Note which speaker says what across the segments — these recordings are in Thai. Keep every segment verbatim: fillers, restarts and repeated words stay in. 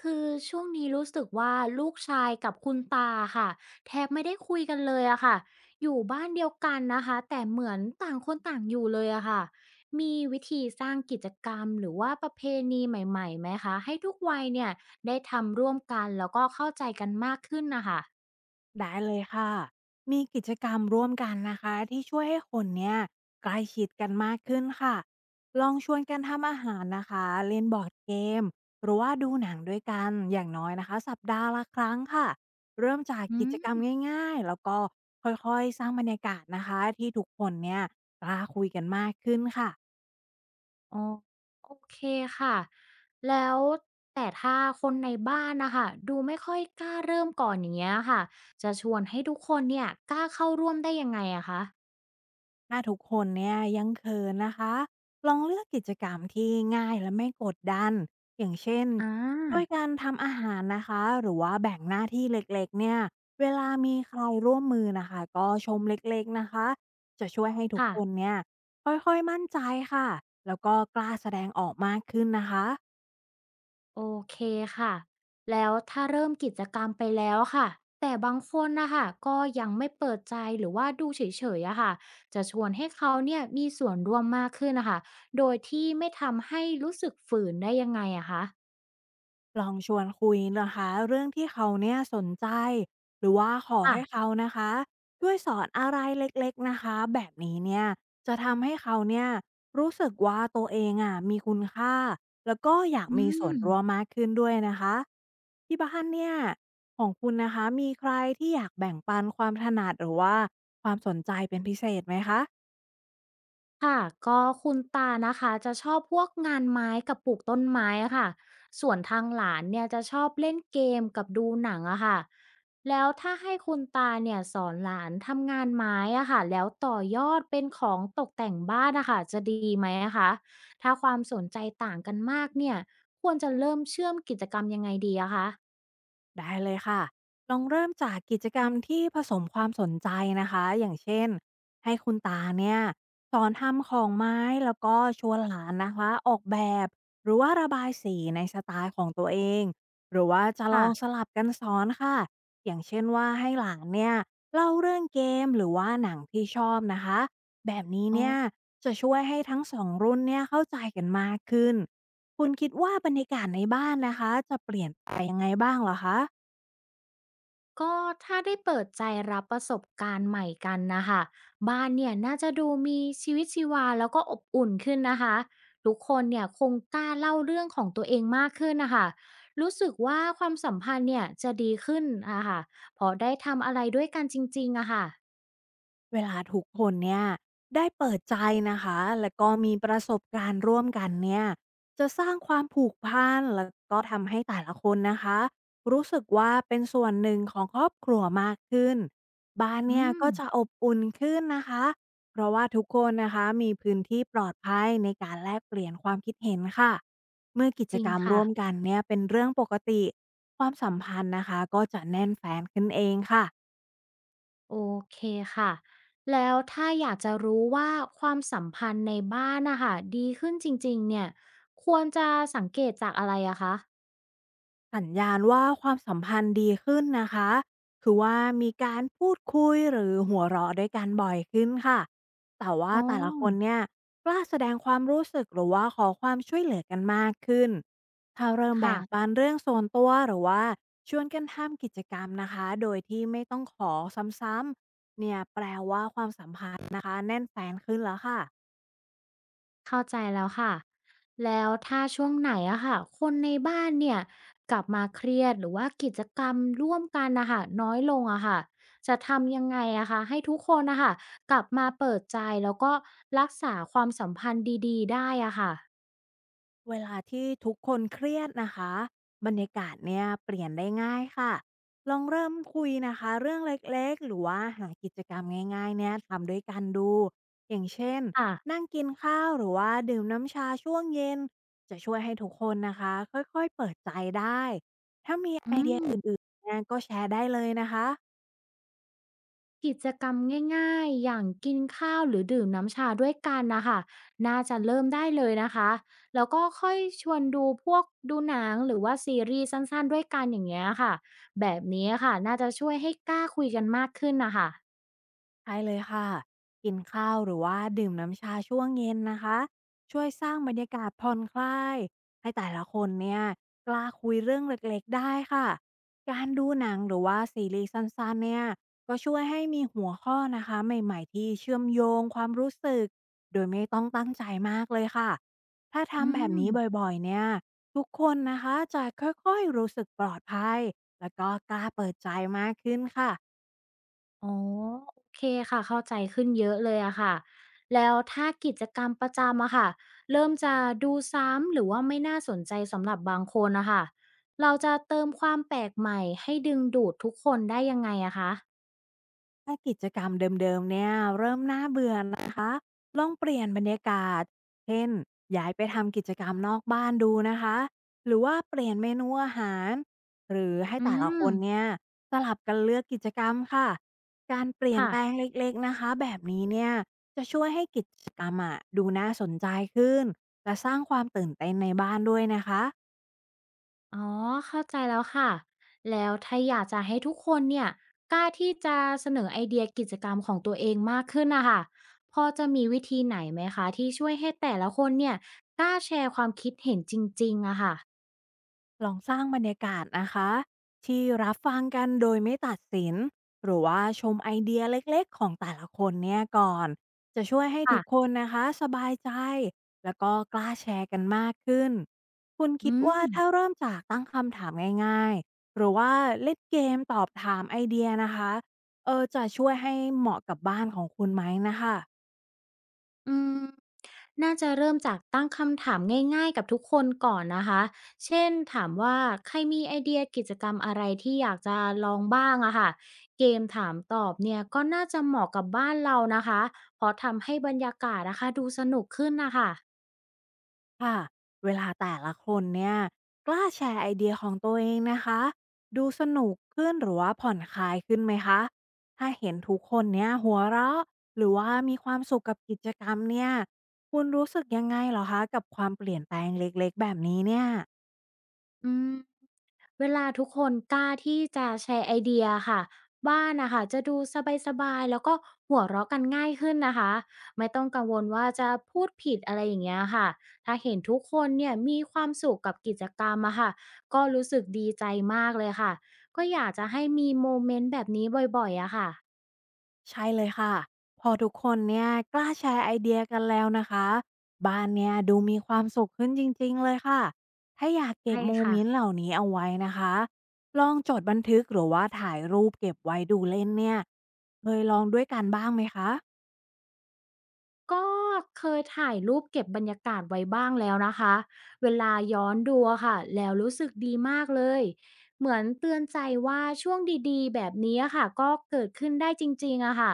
Speaker 1: คือช่วงนี้รู้สึกว่าลูกชายกับคุณตาค่ะแทบไม่ได้คุยกันเลยอะค่ะอยู่บ้านเดียวกันนะคะแต่เหมือนต่างคนต่างอยู่เลยอะค่ะมีวิธีสร้างกิจกรรมหรือว่าประเพณีใหม่ๆไหมคะให้ทุกวัยเนี่ยได้ทำร่วมกันแล้วก็เข้าใจกันมากขึ้นนะคะ
Speaker 2: ได้เลยค่ะ มีกิจกรรมร่วมกันนะคะที่ช่วยให้คนเนี่ยใกล้ชิดกันมากขึ้นค่ะลองชวนกันทำอาหารนะคะเล่นบอร์ดเกมหรือว่าดูหนังด้วยกันอย่างน้อยนะคะสัปดาห์ละครั้งค่ะเริ่มจาก
Speaker 1: อื
Speaker 2: กิจกรรม
Speaker 1: ม
Speaker 2: ง่ายๆแล้วก็ค่อยๆสร้างบรรยากาศนะคะที่ทุกคนเนี่ยกล้าคุยกันมากขึ้นค่ะ
Speaker 1: อ๋อโอเคค่ะแล้วแต่ถ้าคนในบ้านนะคะดูไม่ค่อยกล้าเริ่มก่อนอย่างเงี้ยค่ะจะชวนให้ทุกคนเนี่ยกล้าเข้าร่วมได้ยังไงอะคะ
Speaker 2: ถ้าทุกคนเนี่ยยังเขินนะคะลองเลือกกิจกรรมที่ง่ายและไม่กดดันอย่างเช่น
Speaker 1: อา
Speaker 2: ด้วยกันทำอาหารนะคะหรือว่าแบ่งหน้าที่เล็กๆเนี่ยเวลามีใครร่วมมือนะคะก็ชมเล็กๆนะคะจะช่วยให้ทุก
Speaker 1: ค่ะ
Speaker 2: คนเนี่ยค่อยๆมั่นใจค่ะแล้วก็กล้าแสดงออกมากขึ้นนะคะ
Speaker 1: โอเคค่ะแล้วถ้าเริ่มกิจกรรมไปแล้วค่ะแต่บางคนนะคะก็ยังไม่เปิดใจหรือว่าดูเฉยๆอะค่ะจะชวนให้เขาเนี่ยมีส่วนร่วมมากขึ้นนะคะโดยที่ไม่ทำให้รู้สึกฝืนได้ยังไงอะคะ
Speaker 2: ลองชวนคุยนะคะเรื่องที่เขาเนี่ยสนใจหรือว่าขอ
Speaker 1: ค่ะ
Speaker 2: ให้เขานะคะช่วยสอนอะไรเล็กๆนะคะแบบนี้เนี่ยจะทำให้เขาเนี่ยรู้สึกว่าตัวเองอ่ะมีคุณค่าแล้วก็อยาก
Speaker 1: อื
Speaker 2: มีส่วน
Speaker 1: ม
Speaker 2: ร่วมมากขึ้นด้วยนะคะที่บ้านเนี่ยของคุณนะคะมีใครที่อยากแบ่งปันความถนัดหรือว่าความสนใจเป็นพิเศษไหมคะ
Speaker 1: ค่ะก็คุณตานะคะจะชอบพวกงานไม้กับปลูกต้นไม้อะค่ะส่วนทางหลานเนี่ยจะชอบเล่นเกมกับดูหนังอะค่ะแล้วถ้าให้คุณตาเนี่ยสอนหลานทำงานไม้อะค่ะแล้วต่อยอดเป็นของตกแต่งบ้านอะค่ะจะดีไหมอะคะถ้าความสนใจต่างกันมากเนี่ยควรจะเริ่มเชื่อมกิจกรรมยังไงดีอะคะ
Speaker 2: ได้เลยค่ะ ลองเริ่มจากกิจกรรมที่ผสมความสนใจนะคะ อย่างเช่น ให้คุณตาเนี่ยสอนทำของไม้แล้วก็ชวนหลานนะคะออกแบบหรือว่าระบายสีในสไตล์ของตัวเองหรือว่าจะลองส
Speaker 1: ค่ะ
Speaker 2: ลับกันสอนค่ะ อย่างเช่นว่าให้หลานเนี่ยเล่าเรื่องเกมหรือว่าหนังที่ชอบนะคะ แบบนี้
Speaker 1: อ๋อ
Speaker 2: เนี่ยจะช่วยให้ทั้งสองรุ่นเนี่ยเข้าใจกันมากขึ้นคุณคิดว่าบรรยากาศในบ้านนะคะจะเปลี่ยนไปยังไงบ้างเหรอคะ
Speaker 1: ก็ถ้าได้เปิดใจรับประสบการณ์ใหม่กันนะคะบ้านเนี่ยน่าจะดูมีชีวิตชีวาแล้วก็อบอุ่นขึ้นนะคะทุกคนเนี่ยคงกล้าเล่าเรื่องของตัวเองมากขึ้นนะคะรู้สึกว่าความสัมพันธ์เนี่ยจะดีขึ้นอะค่ะเพอได้ทำอะไรด้วยกันจริงๆอะค่ะ
Speaker 2: เวลาทุกคนเนี่ยได้เปิดใจนะคะแล้วก็มีประสบการณ์ร่วมกันเนี่ยจะสร้างความผูกพันแล้วก็ทำให้แต่ละคนนะคะรู้สึกว่าเป็นส่วนหนึ่งของครอบครัวมากขึ้นบ้าน
Speaker 1: อื
Speaker 2: เนี่ย
Speaker 1: ม
Speaker 2: ก็จะอบอุ่นขึ้นนะคะเพราะว่าทุกคนนะคะมีพื้นที่ปลอดภัยในการแลกเปลี่ยนความคิดเห็นค่ะเมื่อกิจ
Speaker 1: จริ
Speaker 2: ก
Speaker 1: ง
Speaker 2: รรม
Speaker 1: ค่ะ
Speaker 2: ร่วมกันเนี่ยเป็นเรื่องปกติความสัมพันธ์นะคะก็จะแน่นแฟนขึ้นเองค่ะ
Speaker 1: โอเคค่ะแล้วถ้าอยากจะรู้ว่าความสัมพันธ์ในบ้านนะคะดีขึ้นจริงๆเนี่ยควรจะสังเกตจากอะไรอะคะ
Speaker 2: สัญญาณว่าความสัมพันธ์ดีขึ้นนะคะคือว่ามีการพูดคุยหรือหัวเราะด้วยกันบ่อยขึ้นค่ะแต่ว่า
Speaker 1: อ๋อ
Speaker 2: แต่ละคนเนี่ยกล้าแสดงความรู้สึกหรือว่าขอความช่วยเหลือกันมากขึ้นถ้าเริ่มแบ่
Speaker 1: ค่ะ
Speaker 2: งปันเรื่องส่วนตัวหรือว่าชวนกันทำกิจกรรมนะคะโดยที่ไม่ต้องขอซ้ำๆเนี่ยแปลว่าความสัมพันธ์นะคะแน่นแฟนขึ้นแล้วค่ะ
Speaker 1: เข้าใจแล้วค่ะแล้วถ้าช่วงไหนอะค่ะคนในบ้านเนี่ยกลับมาเครียดหรือว่ากิจกรรมร่วมกันนะคะน้อยลงอะค่ะจะทำยังไงอะคะให้ทุกคนนะคะกลับมาเปิดใจแล้วก็รักษาความสัมพันธ์ดีๆได้อะค่ะ
Speaker 2: เวลาที่ทุกคนเครียดนะคะบรรยากาศเนี่ยเปลี่ยนได้ง่ายค่ะลองเริ่มคุยนะคะเรื่องเล็กๆหรือว่าหากิจกรรมง่ายๆเนี่ยทำด้วยกันดูอย่างเช่น
Speaker 1: ค่ะ
Speaker 2: นั่งกินข้าวหรือว่าดื่มน้ำชาช่วงเย็นจะช่วยให้ทุกคนนะคะค่อยๆเปิดใจได้ถ้ามี
Speaker 1: อื
Speaker 2: ไอเดีย
Speaker 1: ม
Speaker 2: อื่นๆเนี่ยก็แชร์ได้เลยนะคะ
Speaker 1: กิจกรรมง่ายๆอย่างกินข้าวหรือดื่มน้ำชาด้วยกันนะคะน่าจะเริ่มได้เลยนะคะแล้วก็ค่อยชวนดูพวกดูหนังหรือว่าซีรีส์สั้นๆด้วยกันอย่างเงี้ยค่ะแบบนี้ค่ะน่าจะช่วยให้กล้าคุยกันมากขึ้นนะคะ
Speaker 2: ใช่เลยค่ะกินข้าวหรือว่าดื่มน้ำชาช่วงเย็นนะคะช่วยสร้างบรรยากาศผ่อนคลายให้แต่ละคนเนี่ยกล้าคุยเรื่องเล็กๆได้ค่ะการดูหนังหรือว่าซีรีส์สั้นๆเนี่ยก็ช่วยให้มีหัวข้อนะคะใหม่ๆที่เชื่อมโยงความรู้สึกโดยไม่ต้องตั้งใจมากเลยค่ะถ้า
Speaker 1: อื
Speaker 2: ทำแบบ
Speaker 1: ม
Speaker 2: นี้บ่อยๆเนี่ยทุกคนนะคะจะค่อยๆรู้สึกปลอดภัยแล้วก็กล้าเปิดใจมากขึ้นค่ะ
Speaker 1: อ๋อโอเคค่ะเข้าใจขึ้นเยอะเลยอะค่ะแล้วถ้ากิจกรรมประจำอะค่ะเริ่มจะดูซ้ำหรือว่าไม่น่าสนใจสำหรับบางคนอะค่ะเราจะเติมความแปลกใหม่ให้ดึงดูดทุกคนได้ยังไงอะคะ
Speaker 2: ถ้ากิจกรรมเดิมๆเนี่ยเริ่มน่าเบื่อนะคะลองเปลี่ยนบรรยากาศเช่นย้ายไปทำกิจกรรมนอกบ้านดูนะคะหรือว่าเปลี่ยนเมนูอาหารหรือให้
Speaker 1: อื
Speaker 2: แต่ละค
Speaker 1: ม
Speaker 2: นเนี่ยสลับกันเลือกกิจกรรมค่ะการเปลี่ยน
Speaker 1: ค่ะ
Speaker 2: แปลงเล็กๆนะคะแบบนี้เนี่ยจะช่วยให้กิจกรรมอะดูน่าสนใจขึ้นและสร้างความตื่นเต้นในบ้านด้วยนะคะ
Speaker 1: อ๋อเข้าใจแล้วค่ะแล้วถ้าอยากจะให้ทุกคนเนี่ยกล้าที่จะเสนอไอเดียกิจกรรมของตัวเองมากขึ้นนะค่ะพอจะมีวิธีไหนไหมคะที่ช่วยให้แต่ละคนเนี่ยกล้าแชร์ความคิดอะค่ะ
Speaker 2: ลองสร้างบรรยากาศนะคะที่รับฟังกันโดยไม่ตัดสินหรือว่าชมไอเดียเล็กๆของแต่ละคนเนี่ยก่อนจะช่วยให้
Speaker 1: ค่ะ
Speaker 2: ทุกคนนะคะสบายใจแล้วก็กล้าแชร์กันมากขึ้นคุณคิด
Speaker 1: อืม
Speaker 2: ว่าถ้าเริ่มจากตั้งคำถามง่ายๆหรือว่าเล่นเกมตอบถามไอเดียนะคะเออจะช่วยให้เหมาะกับบ้านของคุณไหมนะคะ
Speaker 1: อืมน่าจะเริ่มจากตั้งคำถามง่ายๆกับทุกคนก่อนนะคะ เช่นถามว่าใครมีไอเดียกิจกรรมอะไรที่อยากจะลองบ้างอะค่ะเกมถามตอบเนี่ยก็น่าจะเหมาะกับบ้านเรานะคะเพราะทำให้บรรยากาศนะคะดูสนุกขึ้นนะคะ
Speaker 2: ค่ะเวลาแต่ละคนเนี่ยกล้าแชร์ไอเดียของตัวเองนะคะดูสนุกขึ้นหรือว่าผ่อนคลายขึ้นไหมคะถ้าเห็นทุกคนเนี่ยหัวเราะหรือว่ามีความสุขกับกิจกรรมเนี่ยคุณรู้สึกยังไงเหรอคะกับความเปลี่ยนแปลงเล็กๆแบบนี้เนี่ย
Speaker 1: อืมเวลาทุกคนกล้าที่จะแชร์ไอเดียค่ะบ้านนะคะจะดูสบายๆแล้วก็หัวเราะกันง่ายขึ้นนะคะไม่ต้องกังวลว่าจะพูดผิดอะไรอย่างเงี้ยค่ะถ้าเห็นทุกคนเนี่ยมีความสุขกับกิจกรรมอะค่ะก็รู้สึกดีใจมากเลยค่ะก็อยากจะให้มีโมเมนต์แบบนี้บ่อยๆอะค่ะ
Speaker 2: ใช่เลยค่ะพอทุกคนเนี่ยกล้าแชร์ไอเดียกันแล้วนะคะบ้านเนี่ยดูมีความสุขขึ้นจริงๆเลยค่ะถ้าอยากเก็บ
Speaker 1: ใช่
Speaker 2: โมเม
Speaker 1: ค่ะ
Speaker 2: นต์เหล่านี้เอาไว้นะคะลองจดบันทึกหรือว่าถ่ายรูปเก็บไว้ดูเล่นเนี่ยเคยลองด้วยกันบ้างไหมคะ
Speaker 1: ก็เคยถ่ายรูปเก็บบรรยากาศไว้บ้างแล้วนะคะ เวลาย้อนดูอะค่ะ แล้วรู้สึกดีมากเลย เหมือนเตือนใจว่าช่วงดีๆแบบนี้อะค่ะก็เกิดขึ้นได้จริงๆอะค่ะ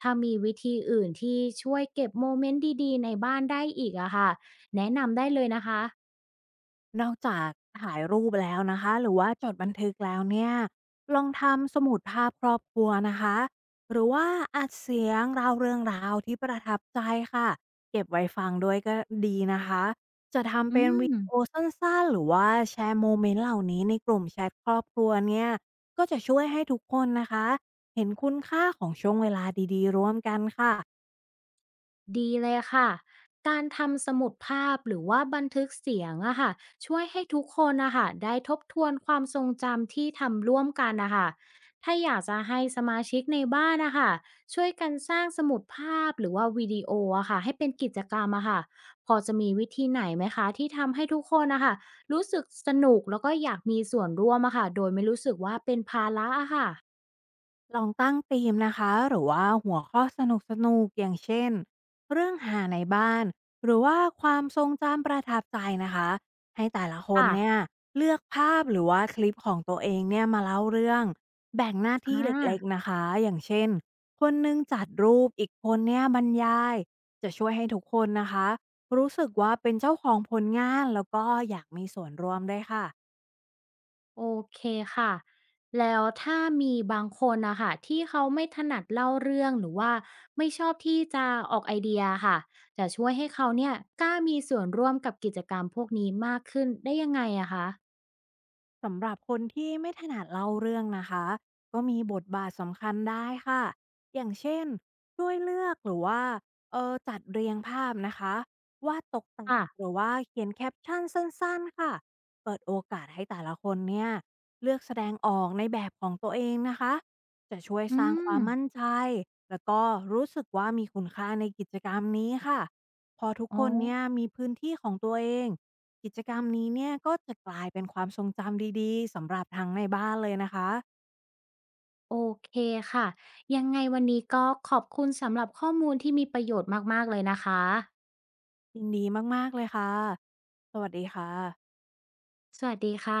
Speaker 1: ถ้ามีวิธีอื่นที่ช่วยเก็บโมเมนต์ดีๆในบ้านได้อีกอะค่ะแนะนำได้เลยนะคะ
Speaker 2: นอกจากถ่ายรูปแล้วนะคะหรือว่าจดบันทึกแล้วเนี่ยลองทำสมุดภาพครอบครัวนะคะหรือว่าอัดเสียงราวเรื่องราวที่ประทับใจค่ะเก็บไว้ฟังด้วยก็ดีนะคะจะทำ
Speaker 1: อื
Speaker 2: เป็นวิดีโอ
Speaker 1: ม
Speaker 2: สั้นๆหรือว่าแชร์โมเมนต์เหล่านี้ในกลุ่มแชทครอบครัวเนี่ยก็จะช่วยให้ทุกคนนะคะเห็นคุณค่าของช่วงเวลาดีๆร่วมกันค่ะ
Speaker 1: ดีเลยค่ะการทำสมุดภาพหรือว่าบันทึกเสียงอะค่ะช่วยให้ทุกคนอะค่ะได้ทบทวนความทรงจำที่ทำร่วมกันนะคะถ้าอยากจะให้สมาชิกในบ้านนะคะช่วยกันสร้างสมุดภาพหรือว่าวิดีโออะค่ะให้เป็นกิจกรรมอะค่ะพอจะมีวิธีไหนไหมคะที่ทำให้ทุกคนนะคะรู้สึกสนุกแล้วก็อยากมีส่วนร่วมอะค่ะโดยไม่รู้สึกว่าเป็นภาระอะค่ะ
Speaker 2: ลองตั้งธีมนะคะหรือว่าหัวข้อสนุกสนุกอย่างเช่นเรื่องหาในบ้านหรือว่าความทรงจำประทับใจนะคะให้แต่ละคน
Speaker 1: ค่ะ
Speaker 2: เนี่ยเลือกภาพหรือว่าคลิปของตัวเองเนี่ยมาเล่าเรื่องแบ่งหน้าที่
Speaker 1: อ่า
Speaker 2: เล็กๆนะคะอย่างเช่นคนหนึงจัดรูปอีกคนเนี่ยบรรยายจะช่วยให้ทุกคนนะคะรู้สึกว่าเป็นเจ้าของผลงานแล้วก็อยากมีส่วนร่วมด้วยค่ะ
Speaker 1: โอเคค่ะแล้วถ้ามีบางคนนะคะที่เขาไม่ถนัดเล่าเรื่องหรือว่าไม่ชอบที่จะออกไอเดียค่ะจะช่วยให้เขาเนี่ยกล้ามีส่วนร่วมกับกิจกรรมพวกนี้มากขึ้นได้ยังไงอะคะ
Speaker 2: สำหรับคนที่ไม่ถนัดเล่าเรื่องนะคะก็มีบทบาทสำคัญได้ค่ะอย่างเช่นช่วยเลือกหรือว่าเออจัดเรียงภาพนะคะวาดตกแต่ง
Speaker 1: ค่ะ
Speaker 2: หรือว่าเขียนแคปชั่นสั้นๆค่ะเปิดโอกาสให้แต่ละคนเนี่ยเลือกแสดงออกในแบบของตัวเองนะคะจะช่วย
Speaker 1: อื
Speaker 2: สร้างควา
Speaker 1: ม
Speaker 2: มมั่นใจแล้วก็รู้สึกว่ามีคุณค่าในกิจกรรมนี้ค่ะพอทุก
Speaker 1: อ๋อ
Speaker 2: คนเนี่ยมีพื้นที่ของตัวเอง กิจกรรมนี้เนี่ยก็จะกลายเป็นความทรงจำดีๆสำหรับทั้งในบ้านเลยนะคะ
Speaker 1: โอเคค่ะยังไงวันนี้ก็ขอบคุณสำหรับข้อมูลที่มีประโยชน์มากๆเลยนะคะ
Speaker 2: ยินดีมากๆเลยค่ะสวัสดีค่ะ
Speaker 1: สวัสดีค่ะ